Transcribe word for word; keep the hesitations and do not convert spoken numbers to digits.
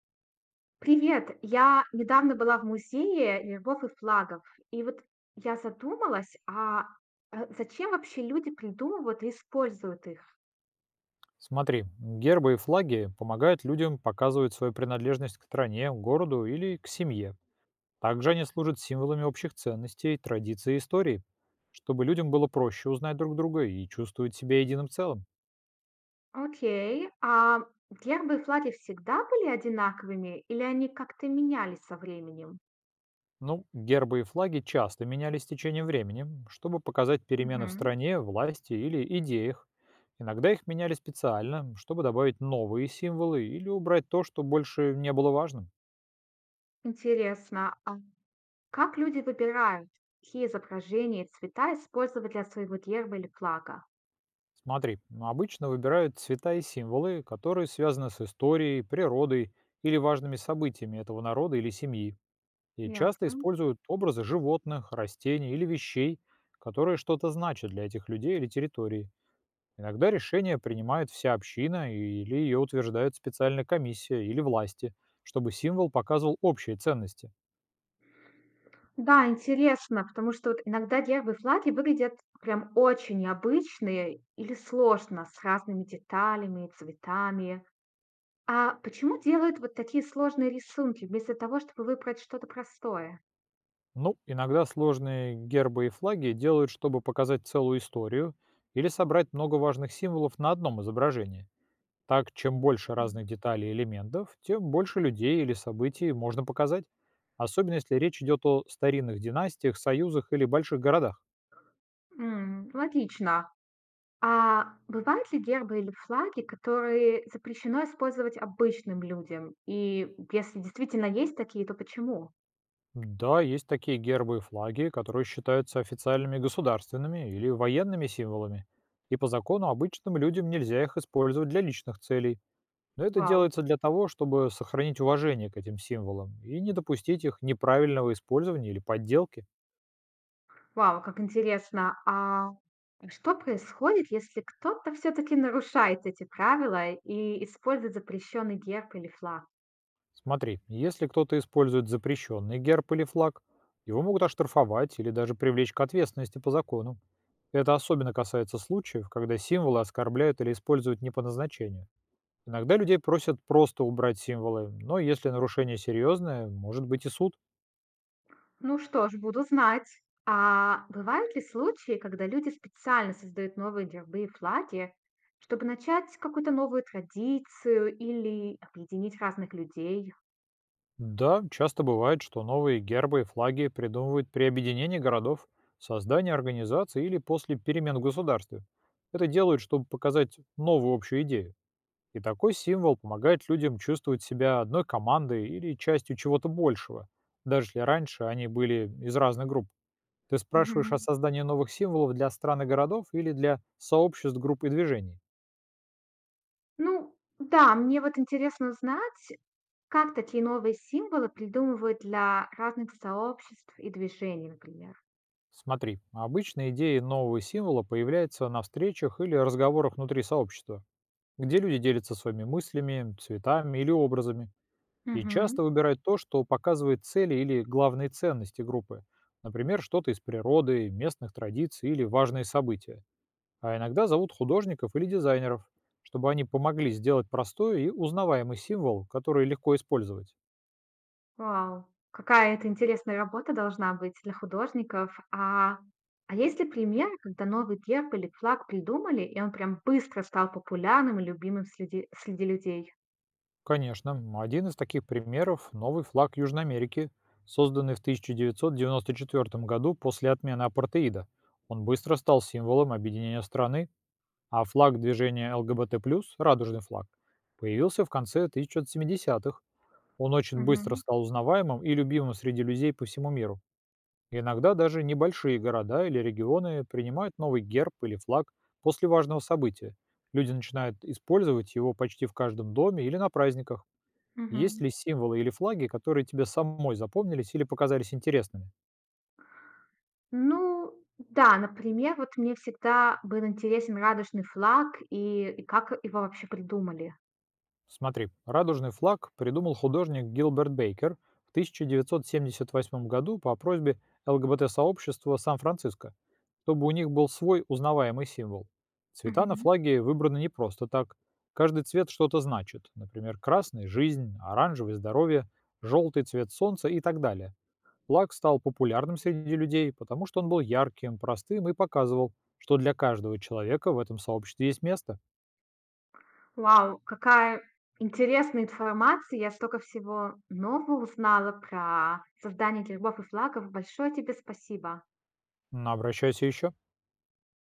Привет! Я недавно была в музее гербов и флагов, и вот я задумалась, а э, зачем вообще люди придумывают и используют их? Смотри, гербы и флаги помогают людям показывать свою принадлежность к стране, городу или к семье. Также они служат символами общих ценностей, традиций и истории, чтобы людям было проще узнать друг друга и чувствовать себя единым целым. Окей, а гербы и флаги всегда были одинаковыми или они как-то менялись со временем? Ну, гербы и флаги часто менялись с течением времени, чтобы показать перемены в Мгм. стране, власти или идеях. Иногда их меняли специально, чтобы добавить новые символы или убрать то, что больше не было важным. Интересно, а как люди выбирают, какие изображения и цвета использовать для своего герба или флага? Смотри, ну, обычно выбирают цвета и символы, которые связаны с историей, природой или важными событиями этого народа или семьи. И часто Ясно. используют образы животных, растений или вещей, которые что-то значат для этих людей или территории. Иногда решение принимает вся община или ее утверждает специальная комиссия или власти, чтобы символ показывал общие ценности. Да, интересно, потому что вот иногда нервы флаги выглядят прям очень необычные или сложно, с разными деталями и цветами. А почему делают вот такие сложные рисунки вместо того, чтобы выбрать что-то простое? Ну, иногда сложные гербы и флаги делают, чтобы показать целую историю или собрать много важных символов на одном изображении. Так, чем больше М. разных деталей и элементов, тем больше людей или событий можно показать, особенно если речь идет о старинных династиях, союзах или больших городах. М, логично. А бывают ли гербы или флаги, которые запрещено использовать обычным людям? И если действительно есть такие, то почему? Да, есть такие гербы и флаги, которые считаются официальными государственными или военными символами, и по закону обычным людям нельзя их использовать для личных целей. Но это Вау. делается для того, чтобы сохранить уважение к этим символам и не допустить их неправильного использования или подделки. Вау, как интересно. А что происходит, если кто-то все-таки нарушает эти правила и использует запрещенный герб или флаг? Смотри, если кто-то использует запрещенный герб или флаг, его могут оштрафовать или даже привлечь к ответственности по закону. Это особенно касается случаев, когда символы оскорбляют или используют не по назначению. Иногда людей просят просто убрать символы, но если нарушение серьезное, может быть и суд. Ну что ж, буду знать. А бывают ли случаи, когда люди специально создают новые гербы и флаги, чтобы начать какую-то новую традицию или объединить разных людей? Да, часто бывает, что новые гербы и флаги придумывают при объединении городов, создании организаций или после перемен в государстве. Это делают, чтобы показать новую общую идею. И такой символ помогает людям чувствовать себя одной командой или частью чего-то большего, даже если раньше они были из разных групп. Ты спрашиваешь о Мгм. создании новых символов для стран и городов или для сообществ, групп и движений? Ну, да, мне вот интересно узнать, как такие новые символы придумывают для разных сообществ и движений, например. Смотри, обычно идеи нового символа появляются на встречах или разговорах внутри сообщества, где люди делятся своими мыслями, цветами или образами. И часто Мгм. выбирают то, что показывает цели или главные ценности группы. Например, что-то из природы, местных традиций или важные события. А иногда зовут художников или дизайнеров, чтобы они помогли сделать простой и узнаваемый символ, который легко использовать. Вау, какая это интересная работа должна быть для художников. А, а есть ли пример, когда новый герб или флаг придумали, и он прям быстро стал популярным и любимым среди, среди людей? Конечно, м, один из таких примеров – новый флаг Южной Америки, созданный в тысяча девятьсот девяносто четвертом году после отмены апартеида. Он быстро стал символом объединения страны, а флаг движения Л Г Б Т плюс, радужный флаг, появился в конце тысяча девятьсот семидесятых. Он очень быстро Мгм. стал узнаваемым и любимым среди людей по всему миру. Иногда даже небольшие города или регионы принимают новый герб или флаг после важного события. Люди начинают использовать его почти в каждом доме или на праздниках. Есть Мгм. ли символы или флаги, которые тебе самой запомнились или показались интересными? Ну, да, например, вот мне всегда был интересен радужный флаг и, и как его вообще придумали. Смотри, радужный флаг придумал художник Гилберт Бейкер в тысяча девятьсот семьдесят восьмом году по просьбе Л Г Б Т сообщества Сан-Франциско, чтобы у них был свой узнаваемый символ. Цвета на флаге выбраны не просто так. Каждый цвет что-то значит. Например, красный – жизнь, оранжевый – здоровье, желтый – цвет солнца и так далее. Флаг стал популярным среди людей, потому что он был ярким, простым и показывал, что для каждого человека в этом сообществе есть место. Вау, какая интересная информация! Я столько всего нового узнала про создание гербов и флагов. Большое тебе спасибо. Но обращайся еще.